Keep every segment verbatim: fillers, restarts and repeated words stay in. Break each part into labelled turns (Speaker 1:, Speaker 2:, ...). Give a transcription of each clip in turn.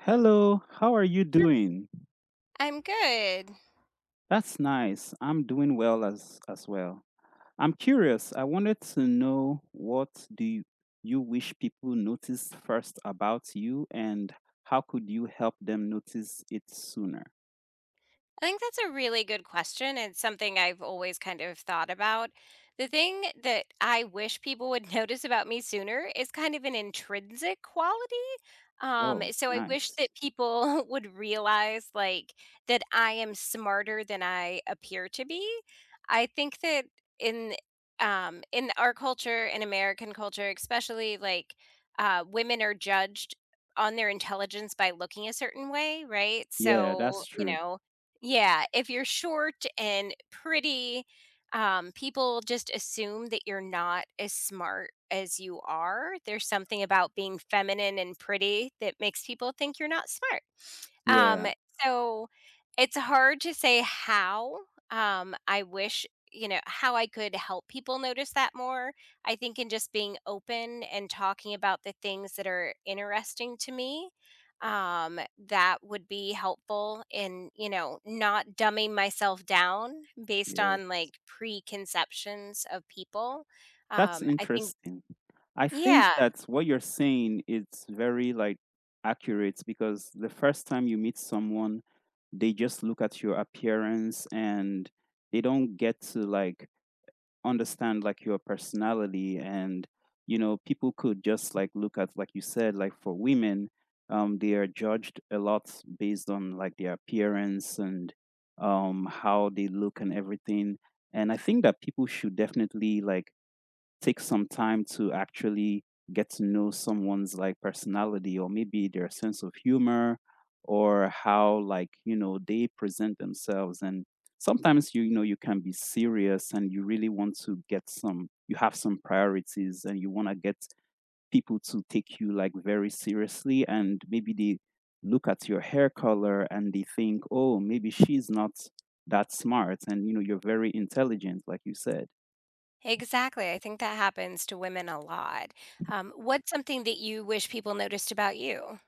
Speaker 1: Hello, how are you doing?
Speaker 2: I'm good.
Speaker 1: That's nice. I'm doing well as as well. I'm curious. I wanted to know what do you, you wish people notice first about you and how could you help them notice it sooner?
Speaker 2: I think that's a really good question and something I've always kind of thought about. The thing that I wish people would notice about me sooner is kind of an intrinsic quality. Um,
Speaker 1: Oh,
Speaker 2: so I wish
Speaker 1: nice.
Speaker 2: that people would realize like that I am smarter than I appear to be. I think that in um in our culture, in American culture especially, like uh women are judged on their intelligence by looking a certain way, right?
Speaker 1: Yeah,
Speaker 2: So,
Speaker 1: that's
Speaker 2: you
Speaker 1: true.
Speaker 2: know, yeah, if you're short and pretty, um, people just assume that you're not as smart as you are. There's something about being feminine and pretty that makes people think you're not smart. Um,
Speaker 1: Yeah,
Speaker 2: so it's hard to say how. Um, I wish, you know, how I could help people notice that more. I think in just being open and talking about the things that are interesting to me, um, that would be helpful in, you know, not dumbing myself down based on
Speaker 1: yes.
Speaker 2: like preconceptions of people.
Speaker 1: That's
Speaker 2: Um, I think,
Speaker 1: interesting. I think
Speaker 2: yeah.
Speaker 1: that what you're saying is very like accurate because the first time you meet someone, they just look at your appearance and they don't get to like understand like your personality. And you know, people could just like look at, like you said, like for women, um they are judged a lot based on like their appearance and um how they look and everything. And I think that people should definitely like take some time to actually get to know someone's like personality, or maybe their sense of humor, or how, like you know, they present themselves. And sometimes you, you know, you can be serious and you really want to get some, you have some priorities and you want to get people to take you like very seriously. And maybe they look at your hair color and they think, oh maybe she's not that smart, and you know, you're very intelligent, like you said.
Speaker 2: Exactly, I think that happens to women a lot. Um, what's something that you wish people noticed about you?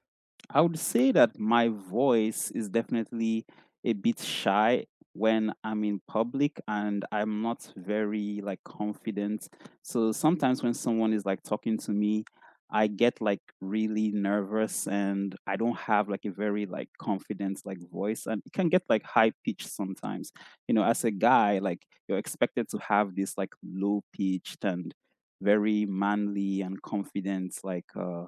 Speaker 1: I would say that my voice is definitely a bit shy when I'm in public and I'm not very like confident. So sometimes when someone is like talking to me, I get like really nervous and I don't have like a very like confident like voice, and it can get like high pitched sometimes. You know, as a guy, like you're expected to have this like low pitched and very manly and confident like uh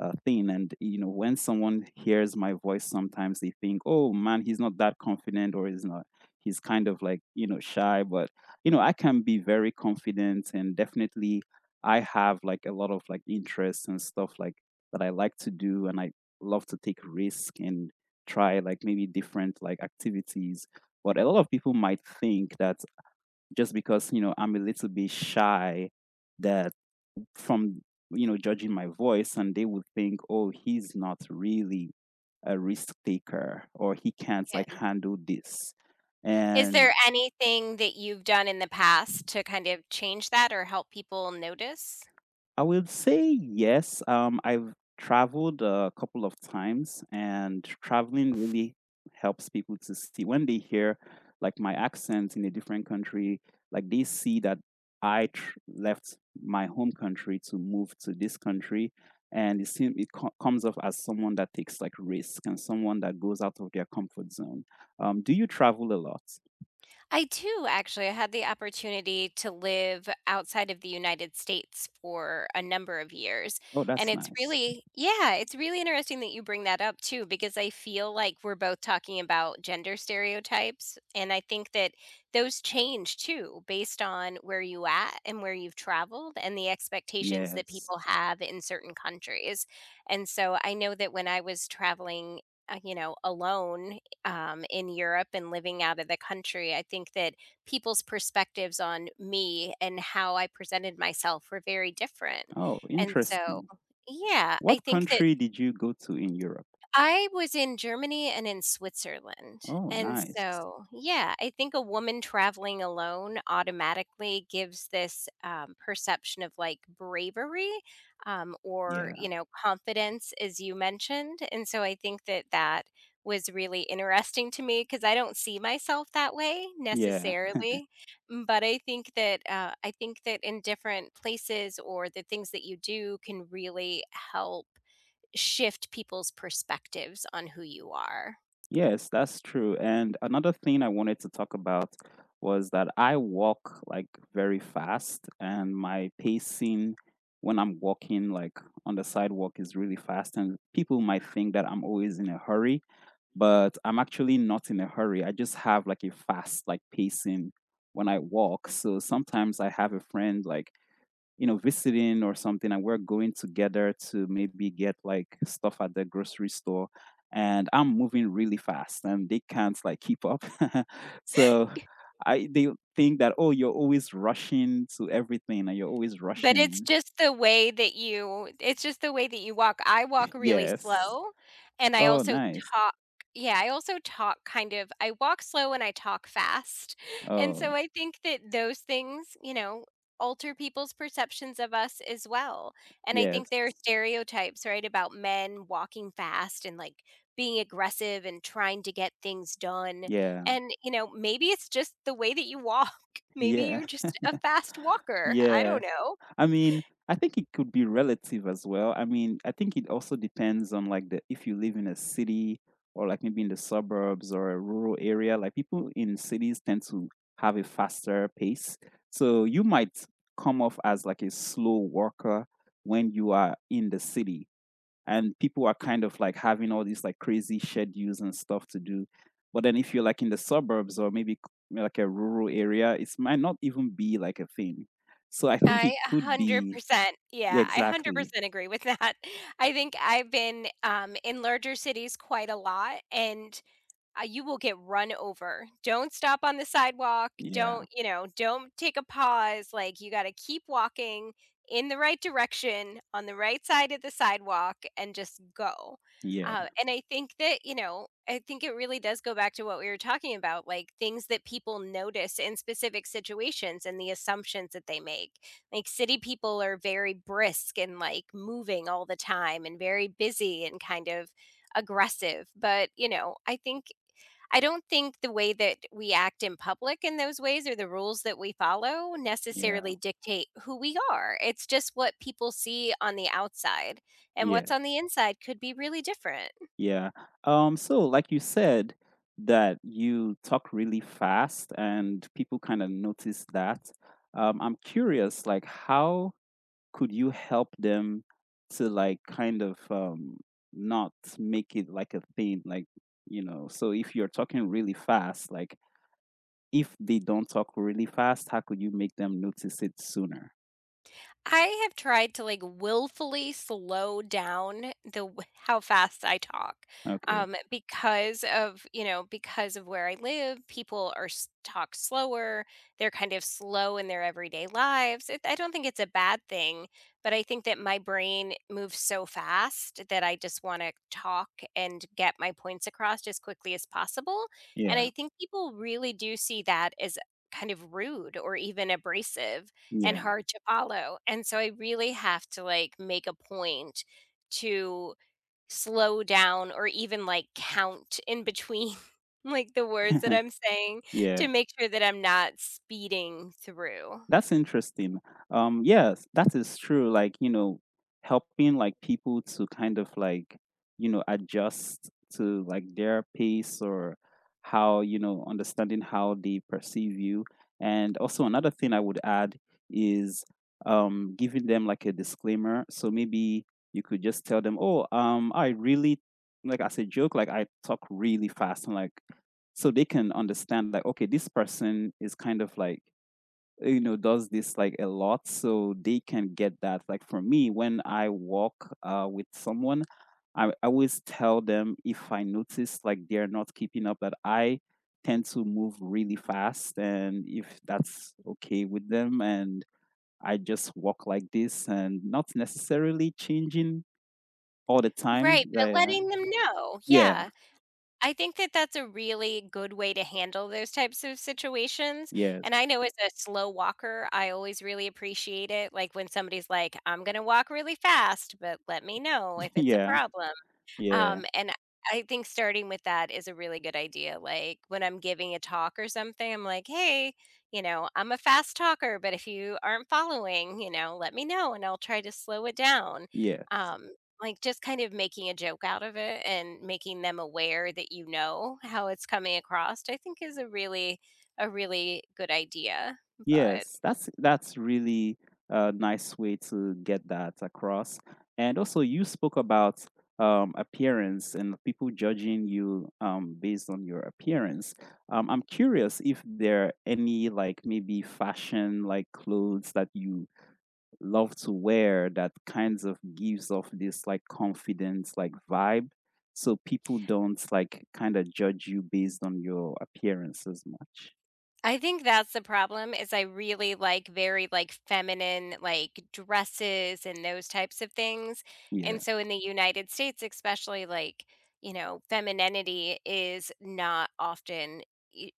Speaker 1: uh, thing. And you know, when someone hears my voice, sometimes they think, "Oh man, he's not that confident, or he's not. He's kind of like, you know, shy." But you know, I can be very confident, and definitely, I have like a lot of like interests and stuff like that I like to do, and I love to take risk and try like maybe different like activities. But a lot of people might think that just because, you know, I'm a little bit shy, that from, you know, judging my voice, and they would think, oh he's not really a risk taker or he can't like
Speaker 2: Yeah.
Speaker 1: handle this
Speaker 2: Is
Speaker 1: and
Speaker 2: there anything that you've done in the past to kind of change that or help people notice?
Speaker 1: I would say yes. Um, I've traveled a couple of times, and traveling really helps people to see when they hear like my accent in a different country, like they see that I tr- left my home country to move to this country. And it seems it co- comes off as someone that takes like risk and someone that goes out of their comfort zone. Um, do you travel a lot?
Speaker 2: I do actually. I had the opportunity to live outside of the United States for a number of years.
Speaker 1: Oh,
Speaker 2: And
Speaker 1: that's
Speaker 2: it's
Speaker 1: nice.
Speaker 2: really, yeah, it's really interesting that you bring that up too, because I feel like we're both talking about gender stereotypes. And I think that those change too based on where you at and where you've traveled and the expectations that
Speaker 1: Yes.
Speaker 2: people have in certain countries. And so I know that when I was traveling, uh, you know, alone um, in Europe and living out of the country, I think that people's perspectives on me and how I presented myself were very different.
Speaker 1: Oh,
Speaker 2: And so,
Speaker 1: interesting.
Speaker 2: yeah, I
Speaker 1: What
Speaker 2: think that
Speaker 1: country did you go to in Europe?
Speaker 2: I was in Germany and in Switzerland,
Speaker 1: Oh,
Speaker 2: and
Speaker 1: nice.
Speaker 2: so yeah, I think a woman traveling alone automatically gives this, um, perception of, like, bravery, um, or,
Speaker 1: Yeah.
Speaker 2: you know, confidence, as you mentioned, and so I think that that was really interesting to me because I don't see myself that way
Speaker 1: Yeah.
Speaker 2: necessarily, mm, but I think that, uh, I think that in different places or the things that you do can really help shift people's perspectives on who you are.
Speaker 1: Yes, that's true. And another thing I wanted to talk about was that I walk like very fast, and my pacing when I'm walking like on the sidewalk is really fast, and people might think that I'm always in a hurry, but I'm actually not in a hurry. I just have like a fast like pacing when I walk. So sometimes I have a friend like, you know, visiting or something, and we're going together to maybe get like stuff at the grocery store. And I'm moving really fast, and they can't like keep up. So I they think that, oh, you're always rushing to everything, and you're always
Speaker 2: But it's
Speaker 1: rushing.
Speaker 2: just the way that you it's just the way that you walk. I walk really
Speaker 1: Yes.
Speaker 2: slow, and I
Speaker 1: Oh,
Speaker 2: also
Speaker 1: nice.
Speaker 2: talk yeah, I also talk kind of I walk slow and I talk fast, and so
Speaker 1: Oh,
Speaker 2: I think that those things, you know, alter people's perceptions of us as well, and I
Speaker 1: yes.
Speaker 2: think there are stereotypes, right, about men walking fast and, like, being aggressive and trying to get things done,
Speaker 1: Yeah.
Speaker 2: and, you know, maybe it's just the way that you walk. Maybe
Speaker 1: Yeah.
Speaker 2: you're just a fast walker, I
Speaker 1: Yeah.
Speaker 2: don't know.
Speaker 1: I mean, I think it could be relative as well. I mean, I think it also depends on like the, if you live in a city or like maybe in the suburbs or a rural area. Like people in cities tend to have a faster pace. So you might come off as like a slow walker when you are in the city, and people are kind of like having all these like crazy schedules and stuff to do. But then if you're like in the suburbs or maybe c- like a rural area, it might not even be like a thing. So I think it
Speaker 2: I
Speaker 1: could be
Speaker 2: 100%
Speaker 1: yeah,
Speaker 2: yeah, I
Speaker 1: exactly.
Speaker 2: one hundred percent agree with that. I think I've been, um, in larger cities quite a lot, and uh, you will get run over. Don't stop on the sidewalk.
Speaker 1: Yeah.
Speaker 2: Don't, you know, don't take a pause. Like, you got to keep walking in the right direction on the right side of the sidewalk and just go.
Speaker 1: Yeah.
Speaker 2: Uh, and I think that, you know, I think it really does go back to what we were talking about, like things that people notice in specific situations and the assumptions that they make. Like, city people are very brisk and like moving all the time and very busy and kind of aggressive. But, you know, I think I don't think the way that we act in public in those ways or the rules that we follow
Speaker 1: Yeah.
Speaker 2: necessarily dictate who we are. It's just what people see on the outside, and
Speaker 1: Yeah.
Speaker 2: what's on the inside could be really different.
Speaker 1: Yeah. Um so like you said that you talk really fast and people kind of notice that. Um I'm curious like how could you help them to like kind of um, not make it like a thing, like you know, so if you're talking really fast, like if they don't talk really fast, how could you make them notice it sooner?
Speaker 2: I have tried to like willfully slow down the w- how fast I talk,
Speaker 1: Okay,
Speaker 2: um, because of you know because of where I live, people are s- talk slower. They're kind of slow in their everyday lives. It, I don't think it's a bad thing, but I think that my brain moves so fast that I just want to talk and get my points across as quickly as possible. And
Speaker 1: yeah,
Speaker 2: I think people really do see that as kind of rude or even abrasive and
Speaker 1: yeah,
Speaker 2: hard to follow. And so I really have to like make a point to slow down or even like count in between like the words that I'm saying to
Speaker 1: yeah.
Speaker 2: make sure that I'm not speeding through.
Speaker 1: That's interesting. Um, yes, that is true. Like, you know, helping like people to kind of like, you know, adjust to like their pace or how, you know, understanding how they perceive you. And also another thing I would add is um giving them like a disclaimer. So maybe you could just tell them, "Oh, um, I really like as a joke, like I talk really fast and like so they can understand like, okay, this person is kind of like, you know, does this like a lot, so they can get that." Like for me when I walk uh with someone, i I always tell them, if I notice like they're not keeping up, that I tend to move really fast, and if that's okay with them, and I just walk like this and not necessarily changing all the time,
Speaker 2: Right, but
Speaker 1: like,
Speaker 2: letting them know.
Speaker 1: yeah,
Speaker 2: Yeah. I think that that's a really good way to handle those types of situations.
Speaker 1: yes,
Speaker 2: And I know as a slow walker, I always really appreciate it. Like when somebody's like, I'm going to walk really fast, but let me know if it's a
Speaker 1: yeah,
Speaker 2: problem.
Speaker 1: yeah,
Speaker 2: Um, and I think starting with that is a really good idea. Like when I'm giving a talk or something, I'm like, hey, you know, I'm a fast talker, but if you aren't following, you know, let me know and I'll try to slow it down.
Speaker 1: yes.
Speaker 2: Um, like just kind of making a joke out of it and making them aware that you know how it's coming across, I think is a really, a really good idea. But
Speaker 1: Yes, that's that's really a nice way to get that across. And also, you spoke about um, appearance and people judging you, um, based on your appearance. Um, I'm curious if there are any like maybe fashion like clothes that you love to wear that kinds of gives off this like confidence like vibe, so people don't like kind of judge you based on your appearance as much.
Speaker 2: I think that's the problem is I really like very, like, feminine, like, dresses and those types of things,
Speaker 1: Yeah.
Speaker 2: and so in the United States, especially, like, you know, femininity is not often e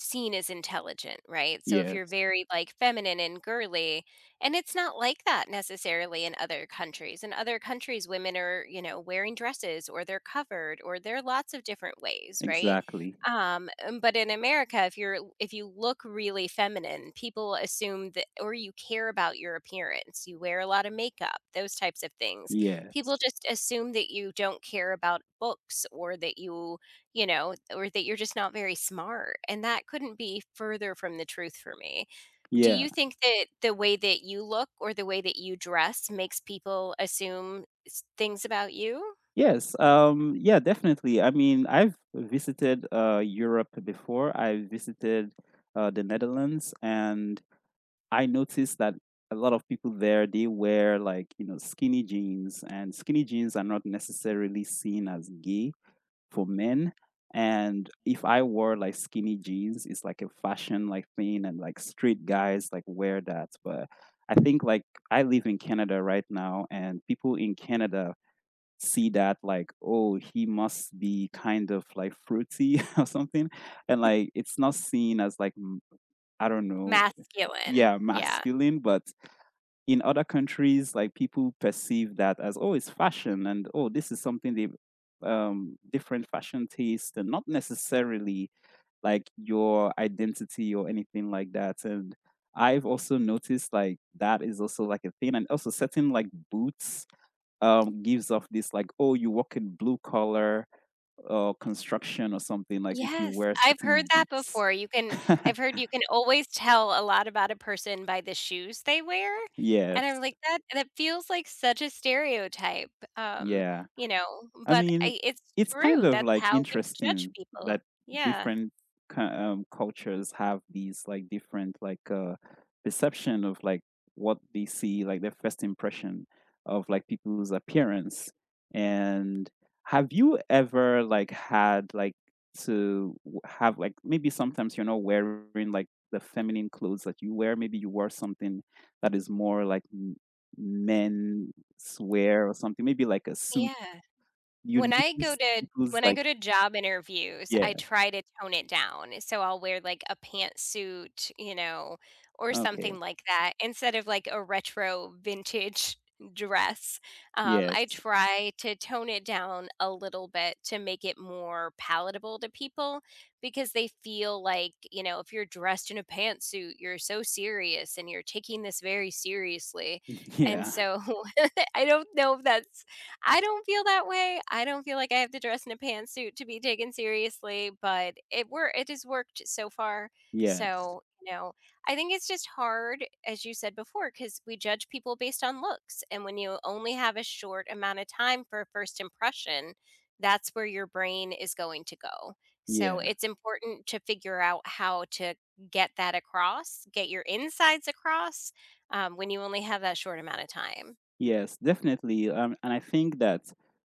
Speaker 2: seen as intelligent, right? So if you're
Speaker 1: Yes.
Speaker 2: very like feminine and girly, and it's not like that necessarily in other countries. In other countries, women are, you know, wearing dresses or they're covered or there are lots of different ways, right?
Speaker 1: Exactly.
Speaker 2: Um, um, but in America, if you're if you look really feminine, people assume that or you care about your appearance, you wear a lot of makeup, those types of things. People
Speaker 1: Yes.
Speaker 2: just assume that you don't care about books or that you you know, or that you're just not very smart. And that couldn't be further from the truth for me. Do
Speaker 1: Yeah.
Speaker 2: you think that the way that you look or the way that you dress makes people assume s- things about you?
Speaker 1: Yes. Um, yeah, definitely. I mean, I've visited uh, Europe before. I visited uh, the Netherlands, and I noticed that a lot of people there, they wear like, you know, skinny jeans, and skinny jeans are not necessarily seen as gay for men. And if I wore like skinny jeans, it's like a fashion like thing, and like straight guys like wear that. But I think like I live in Canada right now, and people in Canada see that like, oh, he must be kind of like fruity or something. And like it's not seen as like m- I don't know,
Speaker 2: Masculine.
Speaker 1: yeah,
Speaker 2: Yeah.
Speaker 1: masculine. But in other countries, like people perceive that as oh, it's fashion, and oh, this is something they um different fashion taste, and not necessarily like your identity or anything like that. And I've also noticed like that is also like a thing, and also certain like boots um, gives off this like, oh, you work in blue collar uh, construction or something, like if you
Speaker 2: Yes,
Speaker 1: wear
Speaker 2: I've heard
Speaker 1: certain
Speaker 2: that
Speaker 1: boots.
Speaker 2: before. You can I've heard you can always tell a lot about a person by the shoes they wear. And
Speaker 1: Yes.
Speaker 2: I'm like that that feels like such a stereotype. Um,
Speaker 1: Yeah.
Speaker 2: you know,
Speaker 1: I
Speaker 2: but
Speaker 1: mean,
Speaker 2: I, it's
Speaker 1: it's kind
Speaker 2: true.
Speaker 1: of
Speaker 2: That's
Speaker 1: like
Speaker 2: how we judge
Speaker 1: interesting
Speaker 2: people.
Speaker 1: that
Speaker 2: Yeah.
Speaker 1: different cu- um, cultures have these like different like uh, perception of like what they see, like their first impression of like people's appearance. And have you ever like had like to w- have like, maybe sometimes you're not wearing like the feminine clothes that you wear? Maybe you wear something that is more like m- men's wear or something, maybe like a suit,
Speaker 2: Yeah.
Speaker 1: you
Speaker 2: When I go
Speaker 1: notice
Speaker 2: to
Speaker 1: people's
Speaker 2: when I
Speaker 1: like
Speaker 2: go to job interviews,
Speaker 1: yeah,
Speaker 2: I try to tone it down. So I'll wear like a pantsuit, you know, or
Speaker 1: okay.
Speaker 2: something like that instead of like a retro vintage dress. Um, I
Speaker 1: Yes.
Speaker 2: try to tone it down a little bit to make it more palatable to people because they feel like, you know, if you're dressed in a pantsuit, you're so serious and you're taking this very seriously. And
Speaker 1: Yeah.
Speaker 2: so I don't know if that's I don't feel that way. I don't feel like I have to dress in a pantsuit to be taken seriously, but it wor it has worked so far.
Speaker 1: Yes.
Speaker 2: So, you know, I think it's just hard, as you said before, because we judge people based on looks, and when you only have a short amount of time for a first impression, that's where your brain is going to go. So,
Speaker 1: Yeah.
Speaker 2: it's important to figure out how to get that across, get your insides across, um, when you only have that short amount of time.
Speaker 1: Yes, definitely. Um, and I think that,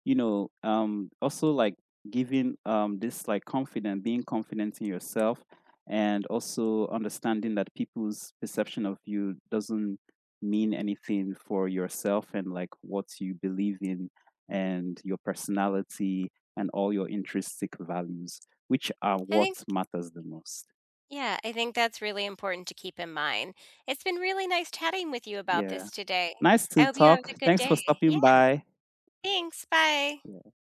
Speaker 1: you know, um, also like giving um this like confident, being confident in yourself, and also understanding that people's perception of you doesn't mean anything for yourself and like what you believe in, and your personality, and all your intrinsic values, which are
Speaker 2: I
Speaker 1: what
Speaker 2: think
Speaker 1: matters the most.
Speaker 2: Yeah, I think that's really important to keep in mind. It's been really nice chatting with you about
Speaker 1: Yeah.
Speaker 2: this today.
Speaker 1: Nice
Speaker 2: I
Speaker 1: to
Speaker 2: hope you have
Speaker 1: talk.
Speaker 2: a good
Speaker 1: Thanks
Speaker 2: day.
Speaker 1: for stopping
Speaker 2: Yeah,
Speaker 1: by.
Speaker 2: thanks. Bye.
Speaker 1: Yeah.